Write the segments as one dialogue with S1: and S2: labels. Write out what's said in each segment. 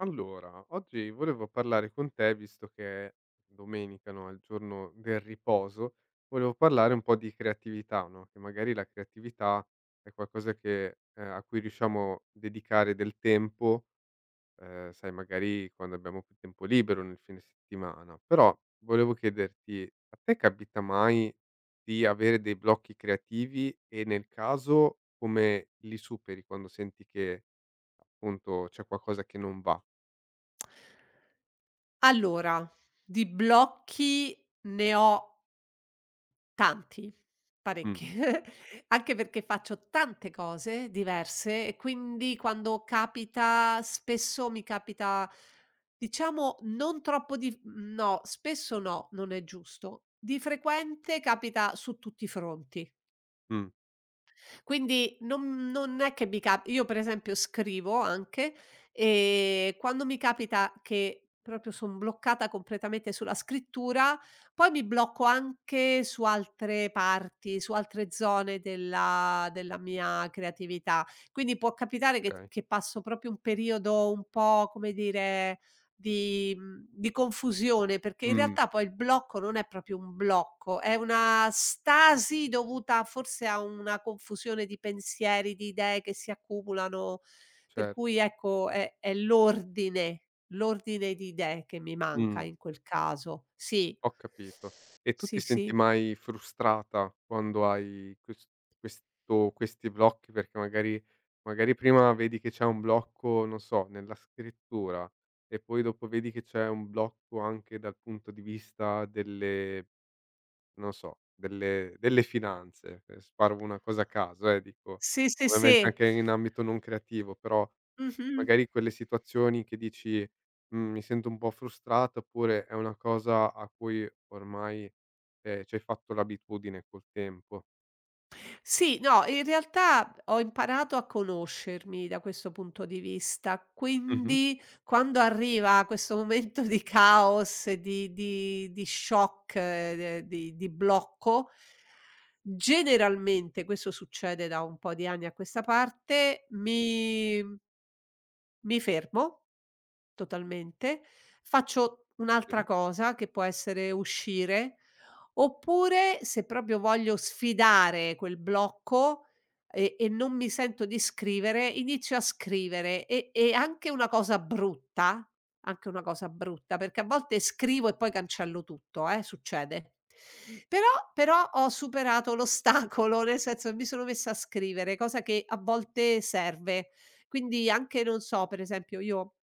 S1: Allora, oggi volevo parlare con te, visto che è domenica, no, è il giorno del riposo. Volevo parlare un po' di creatività, no? Che magari la creatività è qualcosa che, a cui riusciamo a dedicare del tempo, sai, magari quando abbiamo più tempo libero nel fine settimana. Però volevo chiederti, a te capita mai di avere dei blocchi creativi e nel caso come li superi quando senti che appunto c'è qualcosa che non va?
S2: Allora, di blocchi ne ho tanti,
S1: Mm.
S2: parecchi, anche perché faccio tante cose diverse e quindi quando capita, spesso mi capita, diciamo, non troppo di. No, spesso no, non è giusto. Di frequente capita su tutti i fronti.
S1: Mh,
S2: Quindi non è che mi cap io per esempio scrivo anche, quando mi capita che proprio son bloccata completamente sulla scrittura, poi mi blocco anche su altre parti, su altre zone della mia creatività. Quindi può capitare che
S1: okay.
S2: che passo proprio un periodo un po', come dire, di confusione, perché in
S1: Mh,
S2: realtà poi il blocco non è proprio un blocco, è una stasi dovuta forse a una confusione di pensieri, di idee che si accumulano, per cui
S1: certo.
S2: ecco è l'ordine, l'ordine di idee che mi manca
S1: Mh,
S2: in quel caso. Sì,
S1: ho capito. E tu ti
S2: sì,
S1: senti
S2: sì.
S1: mai frustrata quando hai questi blocchi? Perché magari prima vedi che c'è un blocco, non so, nella scrittura, e poi dopo vedi che c'è un blocco anche dal punto di vista delle, non so, delle finanze. Sparo una cosa a caso, dico
S2: Sì, sì,
S1: ovviamente
S2: sì.
S1: anche in ambito non creativo. Però
S2: Mh-mh.
S1: magari quelle situazioni che dici: "Mhmm, mi sento un po' frustrata", oppure è una cosa a cui ormai, c'hai fatto l'abitudine col tempo?
S2: Sì, no, in realtà ho imparato a conoscermi da questo punto di vista,
S1: Mh-mh.
S2: quindi quando arriva questo momento di caos, di shock, di blocco, generalmente, questo succede da un po' di anni a questa parte, mi fermo totalmente, faccio
S1: Sì.
S2: un'altra cosa che può essere uscire. Oppure se proprio voglio sfidare quel blocco e non mi sento di scrivere, inizio a scrivere e anche una cosa brutta, perché a volte scrivo e poi cancello tutto, succede. Però però ho superato l'ostacolo, nel senso che mi sono messa a scrivere, cosa che a volte serve. Quindi anche, non so, per esempio io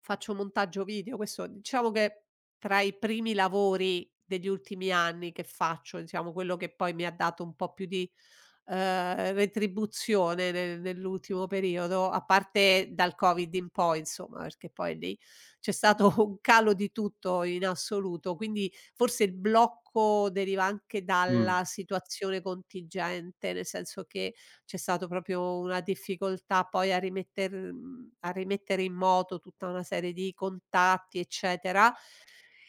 S2: faccio montaggio video, questo diciamo che tra i primi lavori degli ultimi anni che faccio, diciamo quello che poi mi ha dato un po' più di, retribuzione ne nell'ultimo periodo, a parte dal Covid in poi insomma, perché poi lì c'è stato un calo di tutto in assoluto, quindi forse il blocco deriva anche
S1: Mh,
S2: dalla situazione contingente, nel senso che c'è stato proprio una difficoltà poi a rimettere in moto tutta una serie di contatti, eccetera,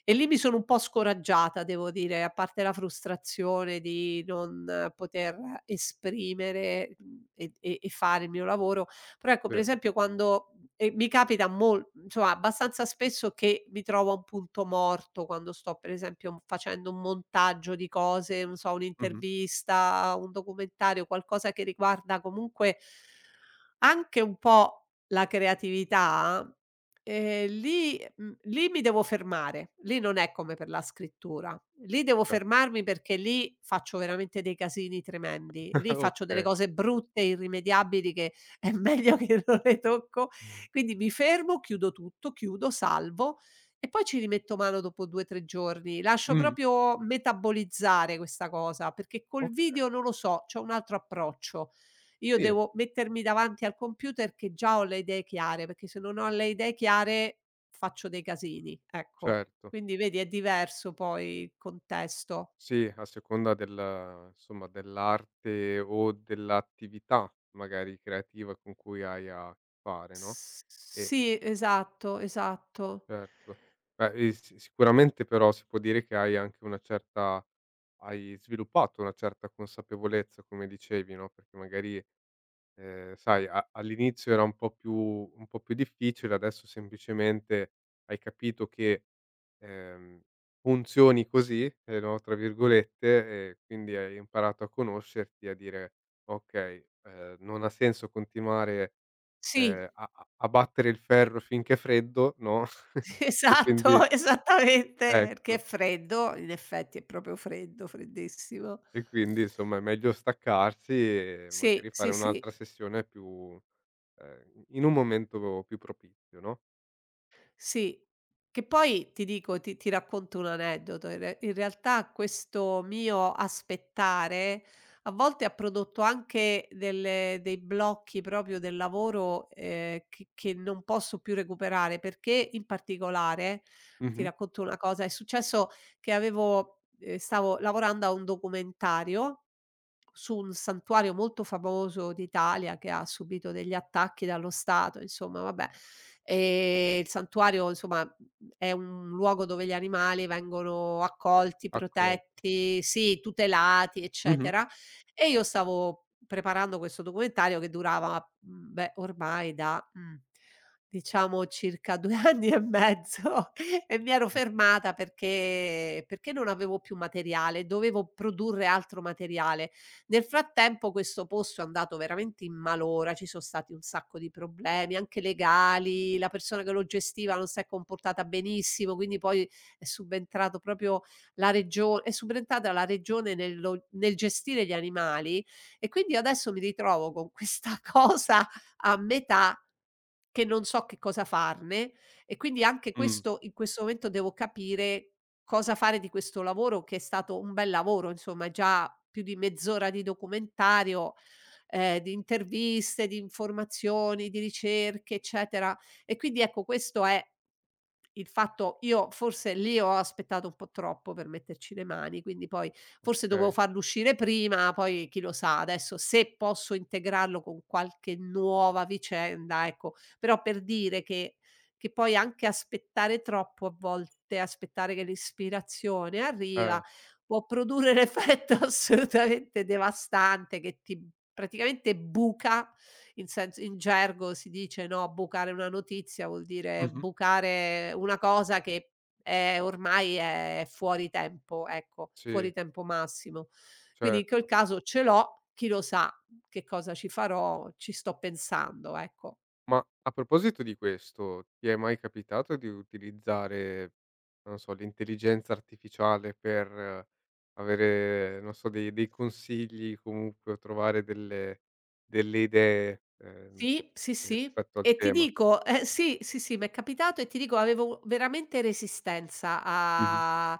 S2: e lì mi sono un po' scoraggiata devo dire, a parte la frustrazione di non poter esprimere, e fare il mio lavoro, però ecco per
S1: sì.
S2: esempio quando mhmm, e mi capita mol insomma abbastanza spesso che mi trovo a un punto morto quando sto per esempio facendo un montaggio di cose, non so,
S1: Mh-mh.
S2: un'intervista, un documentario, qualcosa che riguarda comunque anche un po' la creatività, lì mi devo fermare. Lì non è come per la scrittura. Lì devo
S1: Ce
S2: fermarmi perché lì faccio veramente dei casini tremendi. Lì faccio delle
S1: okay.
S2: cose brutte, irrimediabili che è meglio che non le tocco.
S1: Mh.
S2: Quindi mi fermo, chiudo tutto, chiudo, salvo e poi ci rimetto mano dopo 2, 3 giorni. Lascio
S1: Mh,
S2: proprio metabolizzare questa cosa, perché col
S1: Oka
S2: video non lo so, c'ho un altro approccio. Io
S1: sì,
S2: devo mettermi davanti al computer che già ho le idee chiare, perché se non ho le idee chiare faccio dei casini, ecco.
S1: certo.
S2: Quindi vedi è diverso poi il contesto.
S1: Sì, a seconda del insomma, dell'arte o dell'attività magari creativa con cui hai a che fare, no.
S2: S
S1: e
S2: sì, esatto, esatto.
S1: Certo. Beh, e sicuramente però si può dire che hai sviluppato una certa consapevolezza, come dicevi, no. Perché magari, sai, a all'inizio era un po' più difficile, adesso semplicemente hai capito che, ehm, "funzioni così", no, tra virgolette, e quindi hai imparato a conoscerti e a dire: "Okay, non ha senso continuare,
S2: Sì,
S1: a battere il ferro finché è freddo, no".
S2: sì,
S1: e quindi
S2: esatto, esattamente, perché è
S1: ecco,
S2: freddo, in effetti è proprio freddo, freddissimo.
S1: e quindi insomma è meglio staccarsi e
S2: Sì,
S1: magari fare
S2: sì,
S1: un'altra
S2: sì.
S1: sessione più, in un momento più propizio, no.
S2: Sì, che poi ti dico, ti racconto un aneddoto. In realtà questo mio aspettare a volte ha prodotto anche delle dei blocchi proprio del lavoro, che non posso più recuperare, perché in particolare, ti
S1: Mh-mh.
S2: racconto una cosa, è successo che avevo stavo lavorando a un documentario su un santuario molto famoso d'Italia che ha subito degli attacchi dallo Stato, insomma vabbè. Il santuario insomma, è un luogo dove gli animali vengono accolti,
S1: Accol
S2: protetti, sì, tutelati,
S1: mh-mh,
S2: eccetera. E io stavo preparando questo documentario che durava, beh, ormai da, diciamo circa 2 anni e mezzo e mi ero fermata perché non avevo più materiale, dovevo produrre altro materiale. Nel frattempo questo posto è andato veramente in malora, ci sono stati un sacco di problemi, anche legali, la persona che lo gestiva non s'è comportata benissimo, quindi poi è subentrato proprio è subentrata la regione nel gestire gli animali e quindi adesso mi ritrovo con questa cosa a metà che non so che cosa farne e quindi anche
S1: mh,
S2: questo in questo momento devo capire cosa fare di questo lavoro che è stato un bel lavoro, insomma, è già più di mezz'ora di documentario, di interviste, di informazioni, di ricerche, eccetera. E quindi ecco questo è il fatto, io forse lì ho aspettato un po' troppo per metterci le mani, quindi poi forse
S1: okay,
S2: dovevo farlo uscire prima, poi chi lo sa, adesso se posso integrarlo con qualche nuova vicenda, ecco. Però per dire che poi anche aspettare troppo a volte, aspettare che l'ispirazione
S1: eh,
S2: arriva, può produrre l'effetto assolutamente devastante che ti praticamente buca, in senso in gergo si dice, no, bucare una notizia vuol dire
S1: mh-mh,
S2: bucare una cosa che ormai è fuori tempo, ecco,
S1: sì,
S2: fuori tempo massimo. Quindi in quel
S1: certo.
S2: caso ce l'ho, chi lo sa che cosa ci farò, ci sto pensando, ecco.
S1: Ma a proposito di questo, ti è mai capitato di utilizzare, non so, l'intelligenza artificiale per, avere, non so, dei consigli, comunque, o trovare delle idee,
S2: Sì, sì, sì.
S1: rispetto al
S2: E ti
S1: tema?
S2: dico sì, sì, sì, m'è capitato e ti dico avevo veramente resistenza
S1: Mh-mh.
S2: a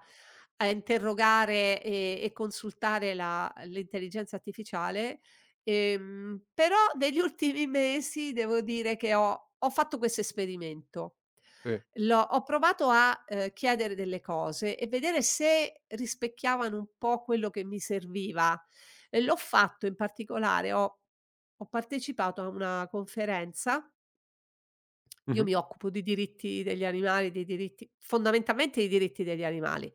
S2: a interrogare e consultare la l'intelligenza artificiale, però negli ultimi mesi devo dire che ho fatto questo esperimento.
S1: Sì.
S2: L'ho ho provato a, chiedere delle cose e vedere se rispecchiavano un po' quello che mi serviva. E l'ho fatto in particolare ho partecipato a una conferenza. Io
S1: Mh-mh.
S2: mi occupo di diritti degli animali, dei diritti fondamentalmente i diritti degli animali.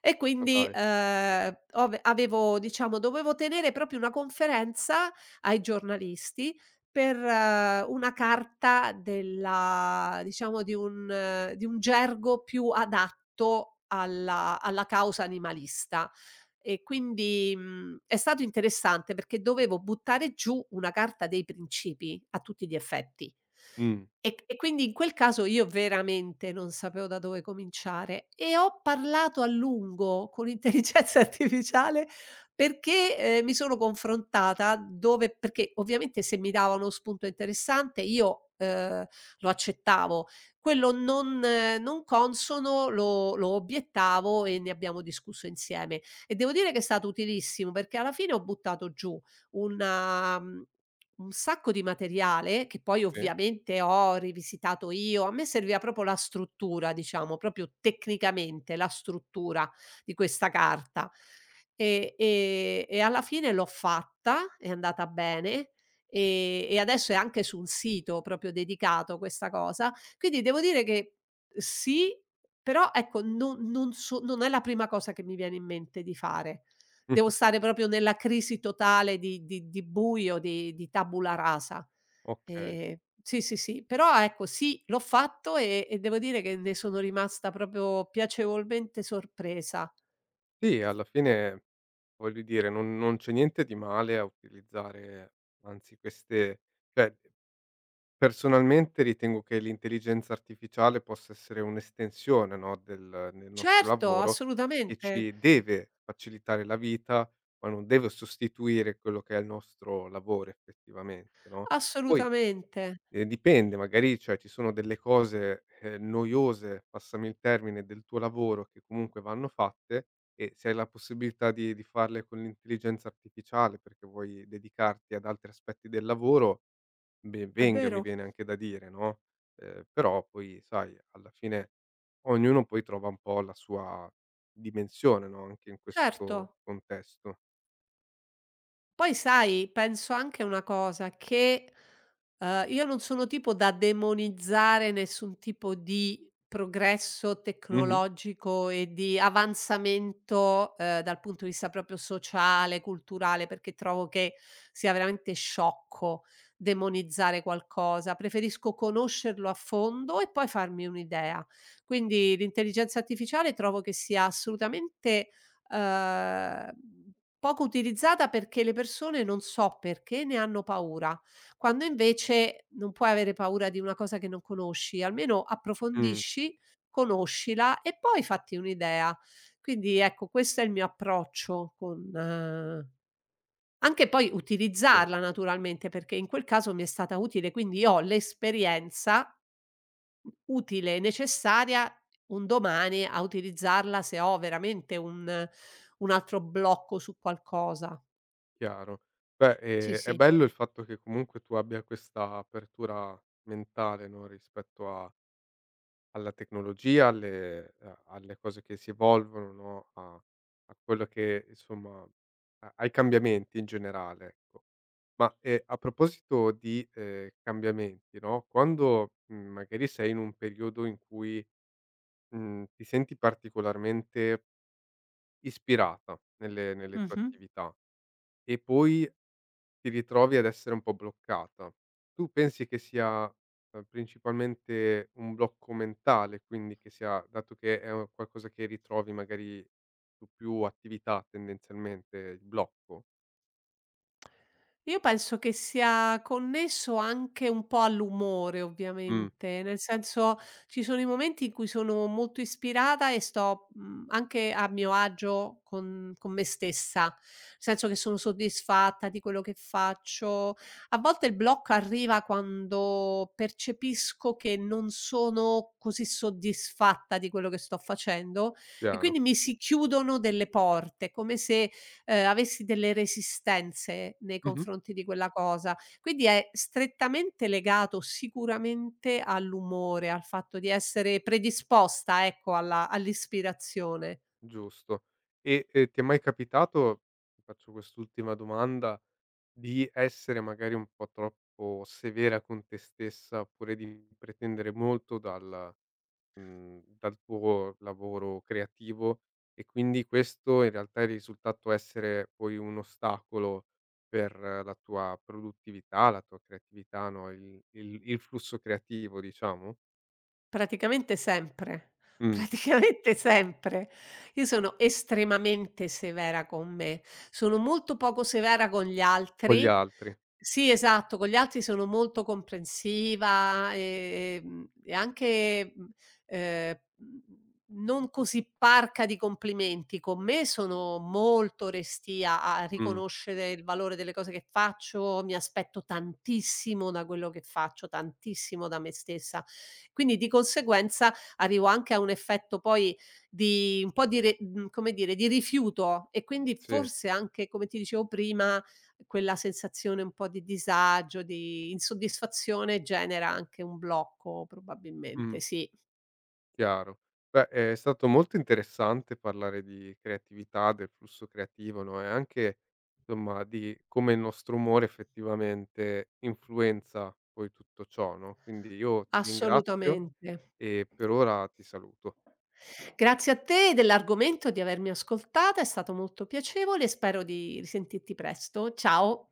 S2: E
S1: Ma
S2: quindi,
S1: dai.
S2: ove avevo diciamo dovevo tenere proprio una conferenza ai giornalisti per una carta della diciamo di un gergo più adatto alla causa animalista. E quindi, è stato interessante perché dovevo buttare giù una carta dei principi a tutti gli effetti.
S1: Mh.
S2: E quindi in quel caso io veramente non sapevo da dove cominciare e ho parlato a lungo con l'intelligenza artificiale perché, mi sono confrontata dove perché ovviamente se mi dava uno spunto interessante io, lo accettavo, quello non consono lo obiettavo e ne abbiamo discusso insieme. E devo dire che è stato utilissimo perché alla fine ho buttato giù una mhmm un sacco di materiale che poi
S1: Sì.
S2: ovviamente ho rivisitato io. A me serviva proprio la struttura, diciamo, proprio tecnicamente la struttura di questa carta. E alla fine l'ho fatta, è andata bene, e adesso è anche su un sito proprio dedicato questa cosa. Quindi devo dire che sì, però ecco non so, non è la prima cosa che mi viene in mente di fare. Devo
S1: Mh-mh.
S2: stare proprio nella crisi totale di buio, di tabula rasa.
S1: Okay.
S2: Ehm, sì, sì, sì, però ecco sì, l'ho fatto e devo dire che ne sono rimasta proprio piacevolmente sorpresa.
S1: Sì, alla fine voglio dire, non c'è niente di male a utilizzare, anzi queste cioè, personalmente ritengo che l'intelligenza artificiale possa essere un'estensione, no, del nostro
S2: Certo,
S1: lavoro, che
S2: assolutamente,
S1: ci deve facilitare la vita, ma non deve sostituire quello che è il nostro lavoro effettivamente, no. Poi,
S2: assolutamente,
S1: dipende, magari, cioè ci sono delle cose, noiose, passami il termine, del tuo lavoro che comunque vanno fatte, e se hai la possibilità di farle con l'intelligenza artificiale perché vuoi dedicarti ad altri aspetti del lavoro. Ben
S2: è
S1: venga, mi
S2: vero,
S1: viene anche da dire, no. Però poi sai, alla fine, ognuno poi trova un po' la sua dimensione, no, anche in questo
S2: certo.
S1: contesto.
S2: Poi sai, penso anche una cosa, che, io non sono tipo da demonizzare nessun tipo di progresso
S1: Mh-mh.
S2: tecnologico e di avanzamento, dal punto di vista proprio sociale, culturale, perché trovo che sia veramente sciocco demonizzare qualcosa. Preferisco conoscerlo a fondo e poi farmi un'idea. Quindi l'intelligenza artificiale trovo che sia assolutamente, uhm poco utilizzata perché le persone, non so perché, ne hanno paura, quando invece non puoi avere paura di una cosa che non conosci, almeno
S1: Mh,
S2: approfondisci, conoscila e poi fatti un'idea. Quindi ecco, questo è il mio approccio con anche poi
S1: sì,
S2: utilizzarla naturalmente, perché in quel caso mi è stata utile, quindi io ho l'esperienza utile e necessaria un domani a utilizzarla se ho veramente un altro blocco su qualcosa.
S1: chiaro. Beh,
S2: Sì,
S1: è
S2: sì.
S1: bello il fatto che comunque tu abbia questa apertura mentale, no, rispetto a alla tecnologia, alle cose che si evolvono, no, a quello che insomma a ai cambiamenti in generale, ecco. Ma, a proposito di, cambiamenti, no, quando, magari sei in un periodo in cui, ti senti particolarmente ispirata nelle tue
S2: Mh-mh.
S1: attività, e poi ti ritrovi ad essere un po' bloccata. Tu pensi che sia, principalmente un blocco mentale, quindi che sia dato che è un qualcosa che ritrovi magari su più attività tendenzialmente il blocco?
S2: Io penso che sia connesso anche un po' all'umore
S1: Mh,
S2: ovviamente, nel senso ci sono i momenti in cui sono molto ispirata e sto, anche a mio agio con me stessa, nel senso che sono soddisfatta di quello che faccio. A volte il blocco arriva quando percepisco che non sono così soddisfatta di quello che sto facendo e
S1: chiaro.
S2: quindi mi si chiudono delle porte, come se avessi delle resistenze nei
S1: Mh-mh.
S2: confronti di quella cosa. Quindi è strettamente legato sicuramente all'umore, al fatto di essere predisposta, ecco, all'ispirazione.
S1: Giusto. E, ti è mai capitato, ti faccio quest'ultima domanda, di essere magari un po' troppo severa con te stessa, oppure di pretendere molto dal tuo lavoro creativo, e quindi questo in realtà è risultato essere poi un ostacolo per, la tua produttività, la tua creatività, no, il flusso creativo, diciamo?
S2: Praticamente sempre,
S1: Mh,
S2: praticamente sempre. Io sono estremamente severa con me, sono molto poco severa con gli
S1: con gli
S2: altri.
S1: altri.
S2: Sì, esatto, con gli altri sono molto comprensiva, e anche, ehm, mhmm, non così parca di complimenti. Con me sono molto restia a
S1: Mh,
S2: riconoscere il valore delle cose che faccio, mi aspetto tantissimo da quello che faccio, tantissimo da me stessa. Quindi di conseguenza arrivo anche a un effetto poi di un po' come dire, di rifiuto e quindi
S1: sì.
S2: forse anche, come ti dicevo prima, quella sensazione un po' di disagio, di insoddisfazione genera anche un blocco
S1: Mh.
S2: probabilmente, sì,
S1: Chiaro. Beh, è stato molto interessante parlare di creatività, del flusso creativo, no, e anche, insomma, di come il nostro umore effettivamente influenza poi tutto ciò, no. Quindi io ti ringrazio,
S2: assolutamente.
S1: e per ora ti saluto.
S2: Grazie a te dell'argomento, di avermi ascoltata, è stato molto piacevole e spero di risentirti presto. Ciao.